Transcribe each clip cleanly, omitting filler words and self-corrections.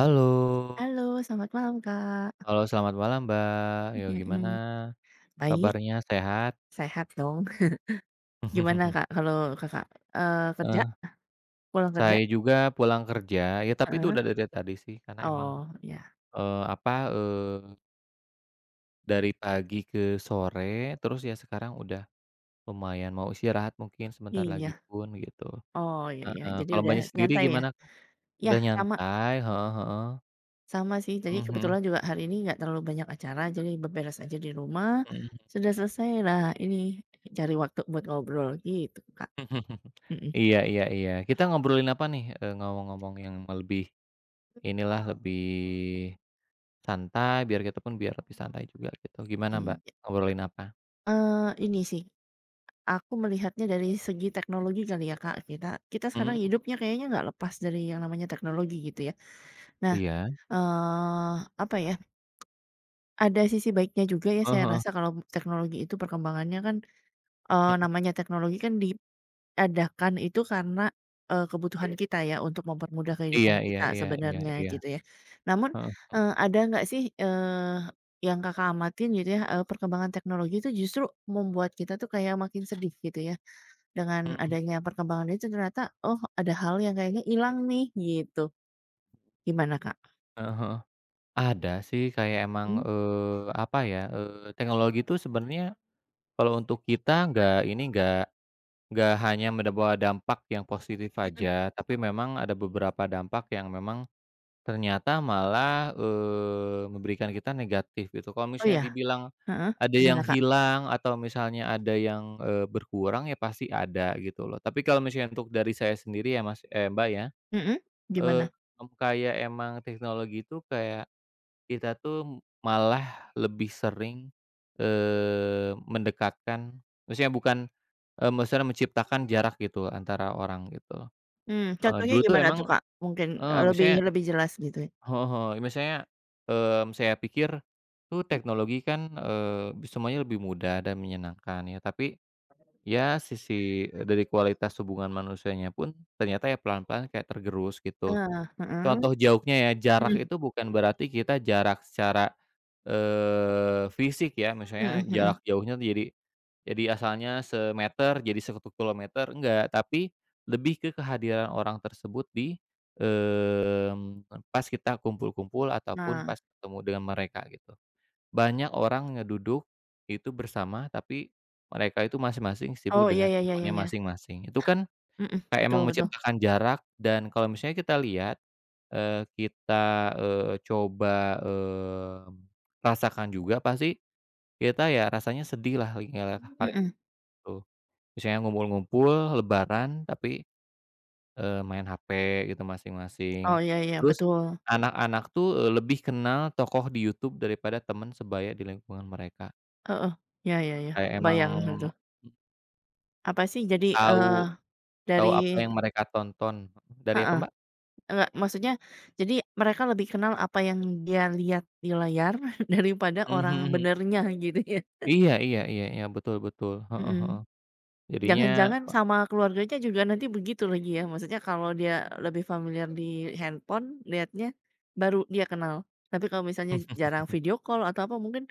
Halo, Halo, selamat malam, Kak. halo selamat malam Mbak, yo gimana Mhm. Baik, kabarnya, sehat? sehat dong. Gimana, Kak, kalau Kakak, kerja? Heeh, Pulang kerja? saya juga pulang kerja, ya tapi itu Heeh. udah dari tadi sih karena emang, Oh, ya. eee, apa, eee, dari pagi ke sore terus ya sekarang udah lumayan mau istirahat mungkin sebentar lagi Iya. pun gitu, Oh, iya ya, heeh, jadi kalau udah Mbaknya sendiri nyantai ya? gimana Kak? Ya Udah sama nyantai, heeh heeh, sama sih. Jadi mhm mhm. kebetulan juga hari ini nggak terlalu banyak acara, jadi beberes aja di rumah, sudah selesai. Lah ini cari waktu buat ngobrol gitu, Kak. Mhm. Iya iya iya, kita ngobrolin apa nih, ngomong-ngomong yang lebih inilah lebih santai, biar kita pun biar lebih santai juga gitu. Gimana Mbak, Iya, ngobrolin apa? eee, ini sih, aku melihatnya dari segi teknologi kali ya, Kak. Kita kita sekarang Mhm, hidupnya kayaknya nggak lepas dari yang namanya teknologi gitu ya. Nah, iya, eee, apa ya, ada sisi baiknya juga ya heeh saya heeh, rasa kalau teknologi itu perkembangannya kan, mhm, namanya teknologi kan diadakan itu karena, kebutuhan kita ya untuk mempermudah iya kehidupan iya kita iya iya sebenarnya iya, gitu ya. Namun, heeh, ada nggak sih, yang Kakak amatin gitu ya, perkembangan teknologi itu justru membuat kita tuh kayak makin sedih gitu ya? Dengan mhm, adanya perkembangan itu ternyata, oh ada hal yang kayaknya hilang nih gitu. Gimana, Kak? heeh heeh. Ada sih kayak emang, Mhm, eee, apa ya, eee, teknologi itu sebenarnya kalau untuk kita nggak ini, nggak hanya mendapat dampak yang positif mhm. aja, tapi memang ada beberapa dampak yang memang ternyata malah, memberikan kita negatif gitu. Kalau Oh misalnya ya? dibilang Heeh, ada gimana, yang Kak? hilang atau misalnya ada yang, berkurang ya pasti ada gitu loh. Tapi kalau misalnya untuk dari saya sendiri ya Mas eh Mbak ya, Mhm, eee, gimana? Kayak emang teknologi itu kayak kita tuh malah lebih sering, mendekatkan maksudnya bukan, maksudnya menciptakan jarak gitu antara orang gitu. Heeh, Contohnya dulu tuh gimana tuh, emang Kak? Mungkin, heeh, lebih misalnya lebih jelas gitu ya? heeh, misalnya, saya pikir tuh teknologi kan, semuanya lebih mudah dan menyenangkan ya, tapi ya sisi, dari kualitas hubungan manusianya pun ternyata ya pelan-pelan kayak tergerus gitu. Heeh, heeh. Contoh jauhnya ya, jarak Mhm, itu bukan berarti kita jarak secara, fisik ya, mhm, misalnya jarak mhm. jauhnya tuh jadi asalnya semeter jadi satu kilometer, enggak, tapi lebih ke kehadiran orang tersebut di, mmm, pas kita kumpul-kumpul ataupun Nah. pas ketemu dengan mereka gitu. Banyak orang ngeduduk itu bersama, tapi mereka itu masing-masing sibuk Oh, iya dengan iya iya iya handphone-nya iya. masing-masing. Itu kan Mhm, kayak emang betul betul. menciptakan jarak dan kalau misalnya kita lihat Eee, kita, coba, mmm, rasakan juga pasti kita ya rasanya sedih lah kali Mhm. itu. Misalnya ngumpul-ngumpul lebaran tapi, main HP gitu masing-masing. Oh, iya iya, Terus betul. anak-anak tuh, lebih kenal tokoh di YouTube daripada teman sebaya di lingkungan mereka. Heeh. Iya iya iya, Kayak emang kebayang itu. Apa sih jadi, tahu tahu dari apa yang mereka tonton. Dari apa heeh. Mbak? Enggak, maksudnya jadi mereka lebih kenal apa yang dia lihat di layar daripada Mhm orang mhm. benernya gitu ya? Iya iya iya iya, betul betul, heeh heeh. Mhm. Jadinya Jangan-jangan sama keluarganya juga nanti begitu lagi ya? Maksudnya kalau dia lebih familiar di handphone lihatnya, baru dia kenal. Tapi kalau misalnya jarang video call atau apa mungkin,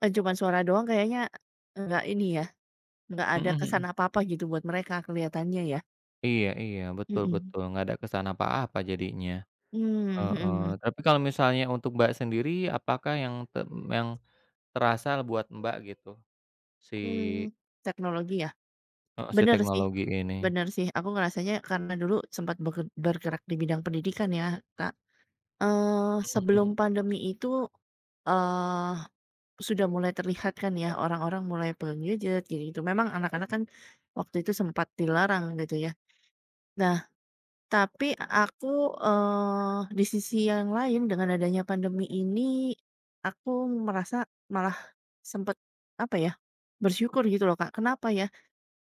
cuman suara doang kayaknya enggak ini ya, enggak ada kesan mhm. apa-apa gitu buat mereka kelihatannya ya? Iya iya, betul Mhm. betul, nggak ada kesan apa-apa jadinya. Mmm, mhm, Heeh, mhm. tapi kalau misalnya untuk Mbak sendiri, apakah yang te yang terasa buat Mbak gitu, si Mmm, teknologi ya? heeh, si Bener sih teknologi ini? bener sih, aku ngerasanya karena dulu sempat bergerak di bidang pendidikan ya, Kak. Mhm Sebelum mhm. pandemi itu, eee, sudah mulai terlihat kan ya, orang-orang mulai pegang gadget gitu-gitu. Memang anak-anak kan waktu itu sempat dilarang gitu ya. Nah, tapi aku, di sisi yang lain dengan adanya pandemi ini, aku merasa malah sempat apa ya, bersyukur gitu loh, Kak. Kenapa ya?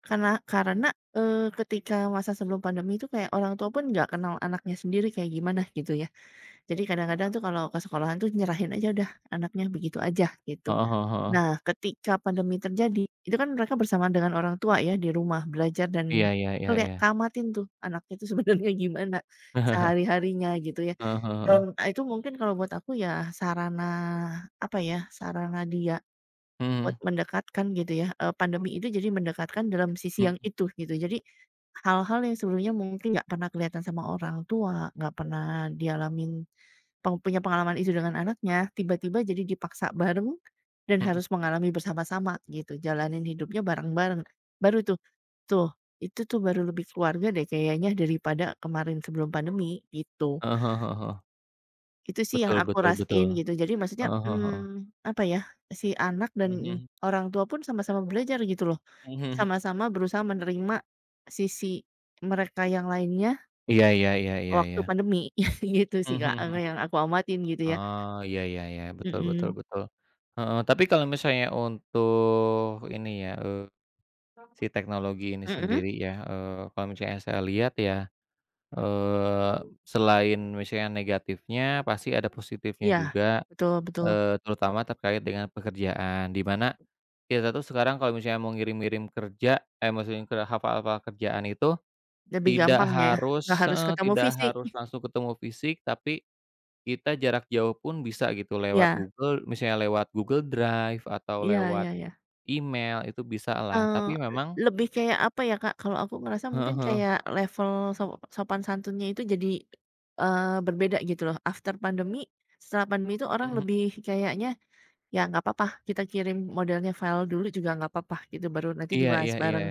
Karena, ketika masa sebelum pandemi itu kayak orang tua pun nggak kenal anaknya sendiri kayak gimana gitu ya. Jadi kadang-kadang tuh kalau ke sekolahan tuh nyerahin aja udah anaknya begitu aja gitu. Heeh heeh heeh. Nah, ketika pandemi terjadi, itu kan mereka bersamaan dengan orang tua ya di rumah belajar Iya dan iya iya iya. kamatin tuh anaknya itu sebenarnya gimana sehari-harinya gitu ya. Heeh heeh heeh. Dan, itu mungkin kalau buat aku ya sarana apa ya, sarana dia buat Mhm, mendekatkan gitu ya, pandemi itu jadi mendekatkan dalam sisi yang mhm, itu gitu. Jadi, hal-hal yang sebelumnya mungkin nggak pernah kelihatan sama orang tua, nggak pernah dialamin punya pengalaman itu dengan anaknya, tiba-tiba jadi dipaksa bareng dan mhm. harus mengalami bersama-sama gitu, jalanin hidupnya bareng-bareng. Baru tuh, tuh, itu tuh baru lebih keluarga deh kayaknya daripada kemarin sebelum pandemi, gitu. Heeh heeh heeh heeh. Itu sih yang Betul aku betul betul. rasain gitu. Jadi maksudnya, Heeh heeh heeh. Apa ya, si anak Mhm dan mhm. orang tua pun sama-sama belajar gitu loh. Mhm mhm. Sama-sama berusaha menerima sisi mereka yang lainnya Iya iya iya iya waktu iya. pandemi, gitu sih, Mhm Kak, mhm. yang aku amatin gitu ya. Oh, iya iya iya, betul betul Mhm. betul. Heeh, tapi kalau misalnya untuk ini ya, si teknologi ini Mhm? sendiri ya, kalau misalnya saya lihat ya, eee, selain misalnya negatifnya pasti ada positifnya Iya, juga, betul betul. Terutama terkait dengan pekerjaan. Di mana kita tuh sekarang kalau misalnya mau ngirim-ngirim kerja, eh, maksudnya ke hafal-hafal kerjaan itu Lebih tidak gampang ya, nggak harus harus heeh, ketemu tidak fisik. harus langsung ketemu fisik, tapi kita jarak jauh pun bisa gitu lewat Iya, Google misalnya lewat Google Drive atau iya lewat iya iya. email itu bisalah Eee, tapi memang lebih kayak apa ya, Kak, kalau aku ngerasa mungkin heeh heeh, kayak level sop sopan santunnya itu jadi, berbeda gitu loh. After pandemi, setelah pandemi itu orang mhm, lebih kayaknya, "Ya nggak papa, kita kirim modelnya file dulu juga nggak papa," gitu, baru nanti iya dibahas iya iya, bareng.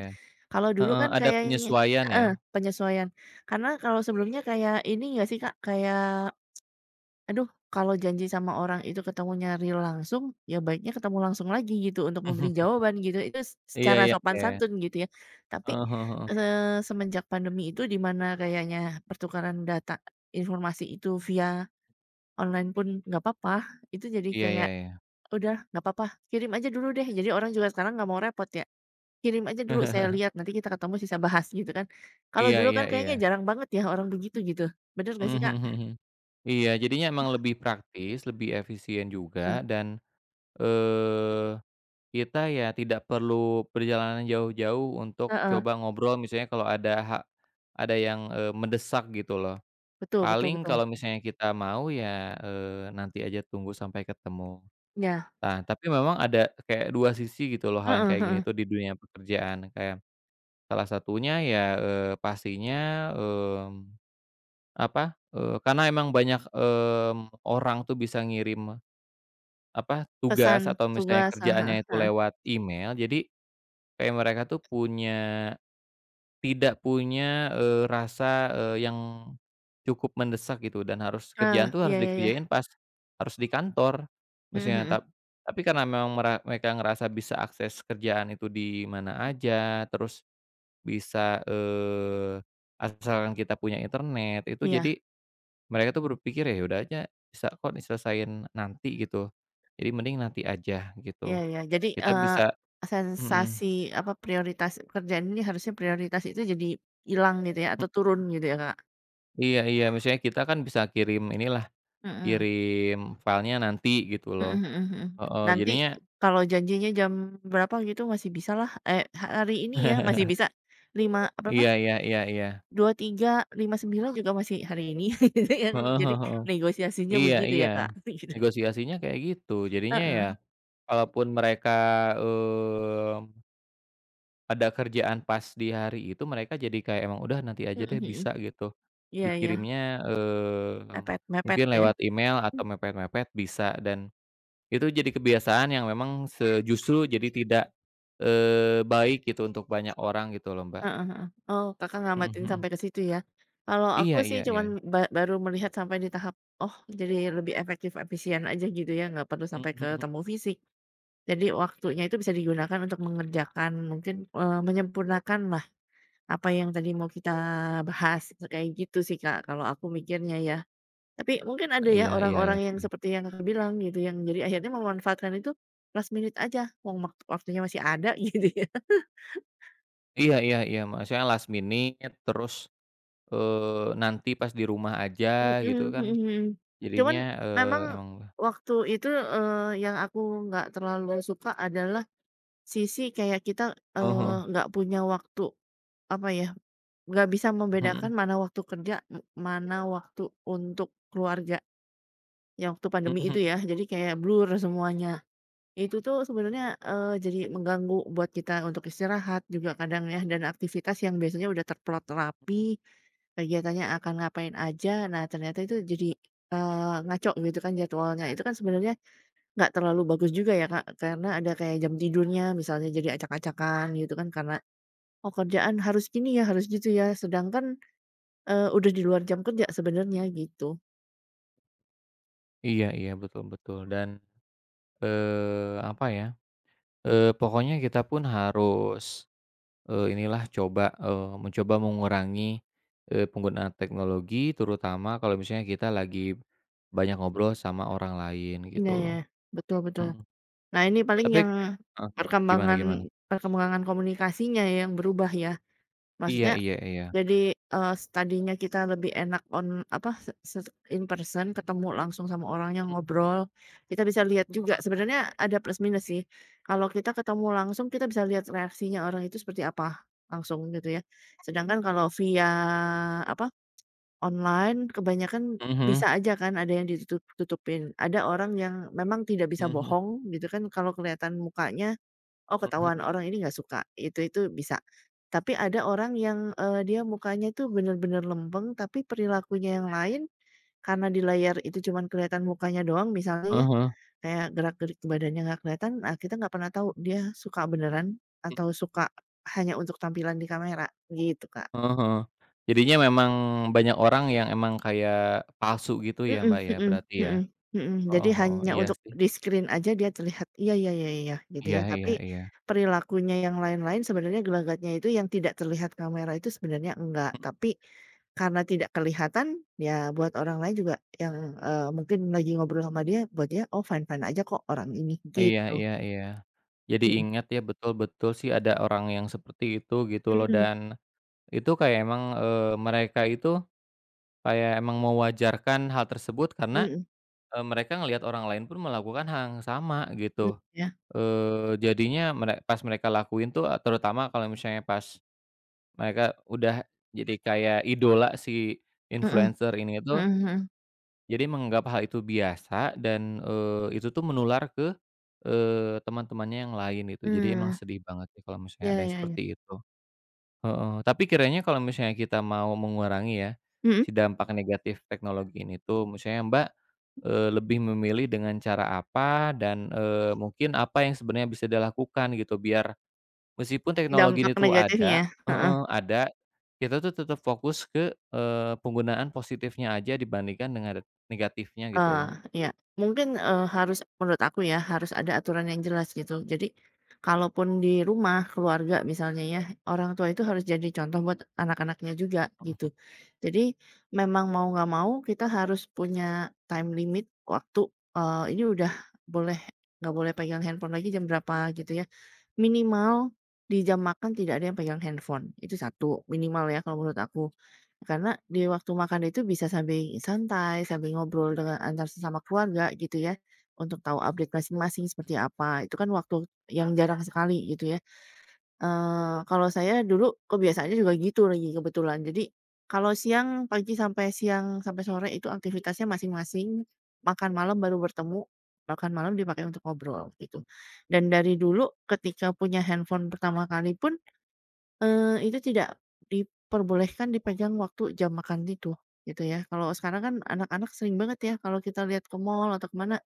Kalau dulu heeh, kan ada kayaknya penyesuaian ya. heeh, penyesuaian. Karena kalau sebelumnya kayak ini nggak sih, Kak, kayak aduh, kalau janji sama orang itu ketemunya real langsung, ya baiknya ketemu langsung lagi gitu untuk memberi jawaban gitu, itu s Iya secara iya sopan iya, santun gitu ya. Tapi, heeh heeh heeh, semenjak pandemi itu di mana kayaknya pertukaran data informasi itu via online pun nggak apa-apa itu jadi iya iya kayak, iya. "Udah nggak apa-apa kirim aja dulu deh." Jadi orang juga sekarang nggak mau repot ya, "Kirim aja dulu saya lihat, nanti kita ketemu sisa bahas," gitu kan. Kalau Iya dulu iya kan iya, kayaknya jarang banget ya orang begitu gitu, bener nggak sih, mhm Kak? mhm mhm. Iya jadinya emang lebih praktis, lebih efisien juga Heeh, dan, eee kita ya tidak perlu perjalanan jauh-jauh untuk heeh, coba ngobrol misalnya kalau ada ha ada yang, mendesak gitu loh. betul betul Paling betul, kalau misalnya kita mau ya, nanti aja tunggu sampai ketemu. ya, Nah, tapi memang ada kayak 2 sisi gitu loh hal yang heeh, kayak gini heeh, tuh di dunia pekerjaan. Kayak salah satunya ya, eee, pastinya, mmm, apa, eee, karena emang banyak, orang tuh bisa ngirim apa, pesan tugas atau misalnya tugas, kerjaannya heeh, itu heeh. lewat email, jadi kayak mereka tuh punya tidak punya, rasa, yang cukup mendesak gitu dan harus Ah, kerjaan tuh harus iya iya iya, dikerjain pas harus di kantor mhm, misalnya mhm, tap tapi karena memang mera mereka ngerasa bisa akses kerjaan itu di mana aja, terus bisa, asalkan kita punya internet, itu iya jadi mereka tuh berpikir, "Ya udah aja bisa kok diselesain nanti," gitu. Jadi mending nanti aja iya gitu. iya. Jadi, Kita bisa mhm. sensasi apa, prioritas pekerjaan ini harusnya prioritas itu jadi hilang gitu ya, atau turun gitu ya, Kak? Iya iya, maksudnya kita kan bisa kirim inilah, Mhm, kirim filenya nanti gitu mhm, loh. mhm, mhm. Mhm. Heeh, Nanti jadinya kalau janjinya jam berapa gitu masih bisalah, eh, hari ini ya, masih bisa, lima iya berapa, iya iya iya. dua tiga lima sembilan juga masih hari ini gitu ya. Heeh Jadi heeh heeh. negosiasinya Iya begitu iya, ya, Kak? Gitu. negosiasinya kayak gitu. Jadinya ya Heeh, kalaupun mereka, mmm, ada kerjaan pas di hari itu, mereka jadi kayak emang udah nanti aja mhm, deh mhm, bisa gitu. iya iya. Dikirimnya, mmm, Mepet mepet mungkin ya? lewat email atau mepet-mepet bisa dan itu jadi kebiasaan yang memang se justru jadi tidak, baik gitu untuk banyak orang gitu loh, Mbak. Heeh, heeh. Oh, Kakak Mhm ngamatin mhm. sampai ke situ ya? Kalau aku Iya sih iya iya. cuman baru melihat sampai di tahap, oh jadi lebih efektif efisien aja gitu ya, nggak perlu Mhm sampai mhm. ketemu fisik. Jadi waktunya itu bisa digunakan untuk mengerjakan mungkin, menyempurnakan lah apa yang tadi mau kita bahas, kayak gitu sih, Kak, kalau aku mikirnya ya. Tapi mungkin ada ya Iya iya orang-orang iya yang sih. seperti yang Kakak bilang gitu, yang jadi akhirnya memanfaatkan itu last minute aja, wong wak waktunya masih ada gitu ya. Iya iya iya, maksudnya last minute terus, nanti pas di rumah aja Mhm, gitu kan mhm, mhm. Cuman jadinya, memang emang waktu itu, yang aku nggak terlalu suka adalah sisi kayak kita, heeh. nggak punya waktu, apa ya, nggak bisa Mhm. membedakan mana waktu kerja, mana waktu untuk keluarga, yang waktu Mhm pandemi itu mhm. ya. Jadi kayak blur semuanya. Itu tuh sebenarnya, jadi mengganggu buat kita untuk istirahat juga kadang ya, dan aktivitas yang biasanya udah terplot rapi, kegiatannya akan ngapain aja, nah ternyata itu jadi, ngaco gitu kan jadwalnya. Itu kan sebenarnya nggak terlalu bagus juga ya, Kak, karena ada kayak jam tidurnya misalnya jadi acak-acakan gitu kan karena, "Oh kerjaan harus gini ya, harus gitu ya," sedangkan, udah di luar jam kerja sebenarnya gitu. Iya iya, betul betul dan, eee, apa ya, eee, pokoknya kita pun harus inilah coba, mencoba mengurangi, penggunaan teknologi terutama kalau misalnya kita lagi banyak ngobrol sama orang lain Iya gitu ya, loh, betul betul. mhm, Nah, ini paling tapi yang heeh, gimana perkembangan gimana? perkembangan komunikasinya ya yang berubah ya. Iya Maksudnya iya iya, jadi, tadinya kita lebih enak on apa, se se in person ketemu langsung sama orangnya, mhm ngobrol, kita bisa lihat juga sebenarnya ada plus minus sih. Kalau kita ketemu langsung kita bisa lihat reaksinya orang itu seperti apa, langsung gitu ya. Sedangkan kalau via apa, online kebanyakan mhm bisa aja kan ada yang ditutup-tutupin. Ada orang yang memang tidak bisa mhm bohong gitu kan kalau kelihatan mukanya, oh ketahuan mhm, orang ini nggak suka, itu bisa. Tapi ada orang yang, dia mukanya tuh bener-bener lempeng tapi perilakunya yang lain, karena di layar itu cuman kelihatan mukanya doang misalnya ya, heeh kayak gerak-gerik badannya nggak kelihatan, nah kita nggak pernah tahu dia suka beneran atau suka hanya untuk tampilan di kamera, gitu, Kak. jadinya memang banyak orang yang emang kayak palsu gitu ya, Mhm, Mbak, ya mhm, berarti ya? mhm, mhm, Oh jadi heeh, hanya iya untuk sih, di screen aja dia terlihat, iya iya iya iya, gitu iya ya, tapi iya iya. perilakunya yang lain-lain sebenarnya gelagatnya itu yang tidak terlihat kamera itu sebenarnya enggak, tapi karena tidak kelihatan, ya buat orang lain juga yang, mungkin lagi ngobrol sama dia, buat dia, "Oh fine-fine aja kok orang ini," Iya gitu. iya iya. Jadi Mhm, ingat ya, betul-betul sih ada orang yang seperti itu gitu loh mhm, dan itu kayak emang, mereka itu kayak emang mewajarkan hal tersebut karena, mhm, mereka ngelihat orang lain pun melakukan hal yang sama gitu. iya, Jadinya mere pas mereka lakuin tuh, terutama kalau misalnya pas mereka udah jadi kayak idola si heeh, influencer ini itu mhm, mhm, jadi menganggap hal itu biasa dan, itu tuh menular ke, teman-temannya yang lain gitu. Jadi emang mmm, sedih banget sih kalau ya misalnya ada ya yang ya, seperti itu. Heeh, tapi kiranya kalau misalnya kita mau mengurangi ya, mhm, si dampak negatif teknologi ini tuh misalnya Mbak, lebih memilih dengan cara apa dan, mungkin apa yang sebenarnya bisa dilakukan gitu biar meskipun teknologi ini dampak tuh ada negatifnya? Heeh. heeh, ada, kita tuh tetap fokus ke, penggunaan positifnya aja dibandingkan dengan negatifnya gitu Eee, loh. ya mungkin, harus menurut aku ya, harus ada aturan yang jelas gitu. Jadi, kalaupun di rumah, keluarga misalnya ya, orang tua itu harus jadi contoh buat anak-anaknya juga, gitu. Jadi, memang mau nggak mau kita harus punya time limit waktu, ini udah boleh nggak boleh pegang handphone lagi jam berapa gitu ya. Minimal di jam makan tidak ada yang pegang handphone, itu satu, minimal ya kalau menurut aku. Karena di waktu makan itu bisa sambil santai, sambil ngobrol dengan antar sesama keluarga gitu ya, untuk tahu update masing-masing seperti apa, itu kan waktu yang jarang sekali gitu ya. Kalau saya dulu kebiasaannya juga gitu lagi kebetulan. Jadi, kalau siang pagi sampai siang sampai sore itu aktivitasnya masing-masing, makan malam baru bertemu, makan malam dipakai untuk ngobrol gitu. Dan dari dulu ketika punya handphone pertama kali pun, itu tidak diperbolehkan dipegang waktu jam makan itu, gitu ya. Kalau sekarang kan anak-anak sering banget ya kalau kita lihat ke mall atau ke mana,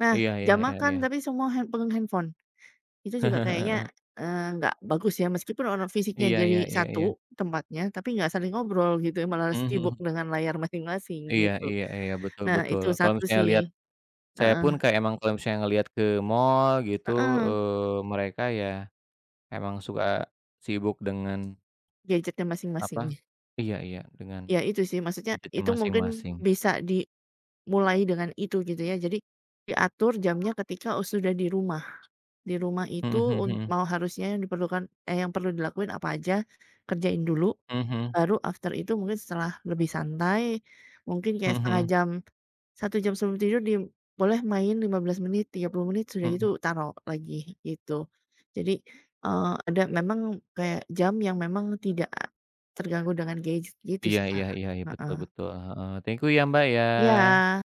nah Iya iya jam iya iya. makan tapi semua pegang handphone. Itu juga kayaknya, nggak bagus ya, meskipun orang fisiknya Iya iya jadi iya iya. satu tempatnya, tapi nggak saling ngobrol gitu ya, malah Mhm sibuk mhm. dengan layar masing-masing Iya gitu. iya iya, betul Nah, betul. itu Kalau satu misalnya lihat sih, saya heeh, pun kayak emang kalau misalnya ngelihat ke mall gitu, heeh, mereka ya emang suka sibuk dengan gadgetnya apa masing-masing. iya iya, dengan Ya itu sih, maksudnya gadgetnya itu mungkin masing-masing. bisa dimulai dengan itu gitu ya, jadi diatur jamnya ketika sudah di rumah. Di rumah itu Mhm mhm mhm. mau harusnya yang diperlukan eh, yang perlu dilakuin apa aja, kerjain dulu, Mhm mhm. baru after itu mungkin setelah lebih santai, mungkin kayak setengah jam 1 jam sebelum tidur di boleh main 15 menit, 30 menit, sudah Mhm mhm. gitu taruh lagi, gitu. Jadi, ada memang kayak jam yang memang tidak terganggu dengan gadget gitu Iya sih, iya Kak. iya iya, betul Heeh. betul, heeh. Thank you ya, Mbak, ya. Iya.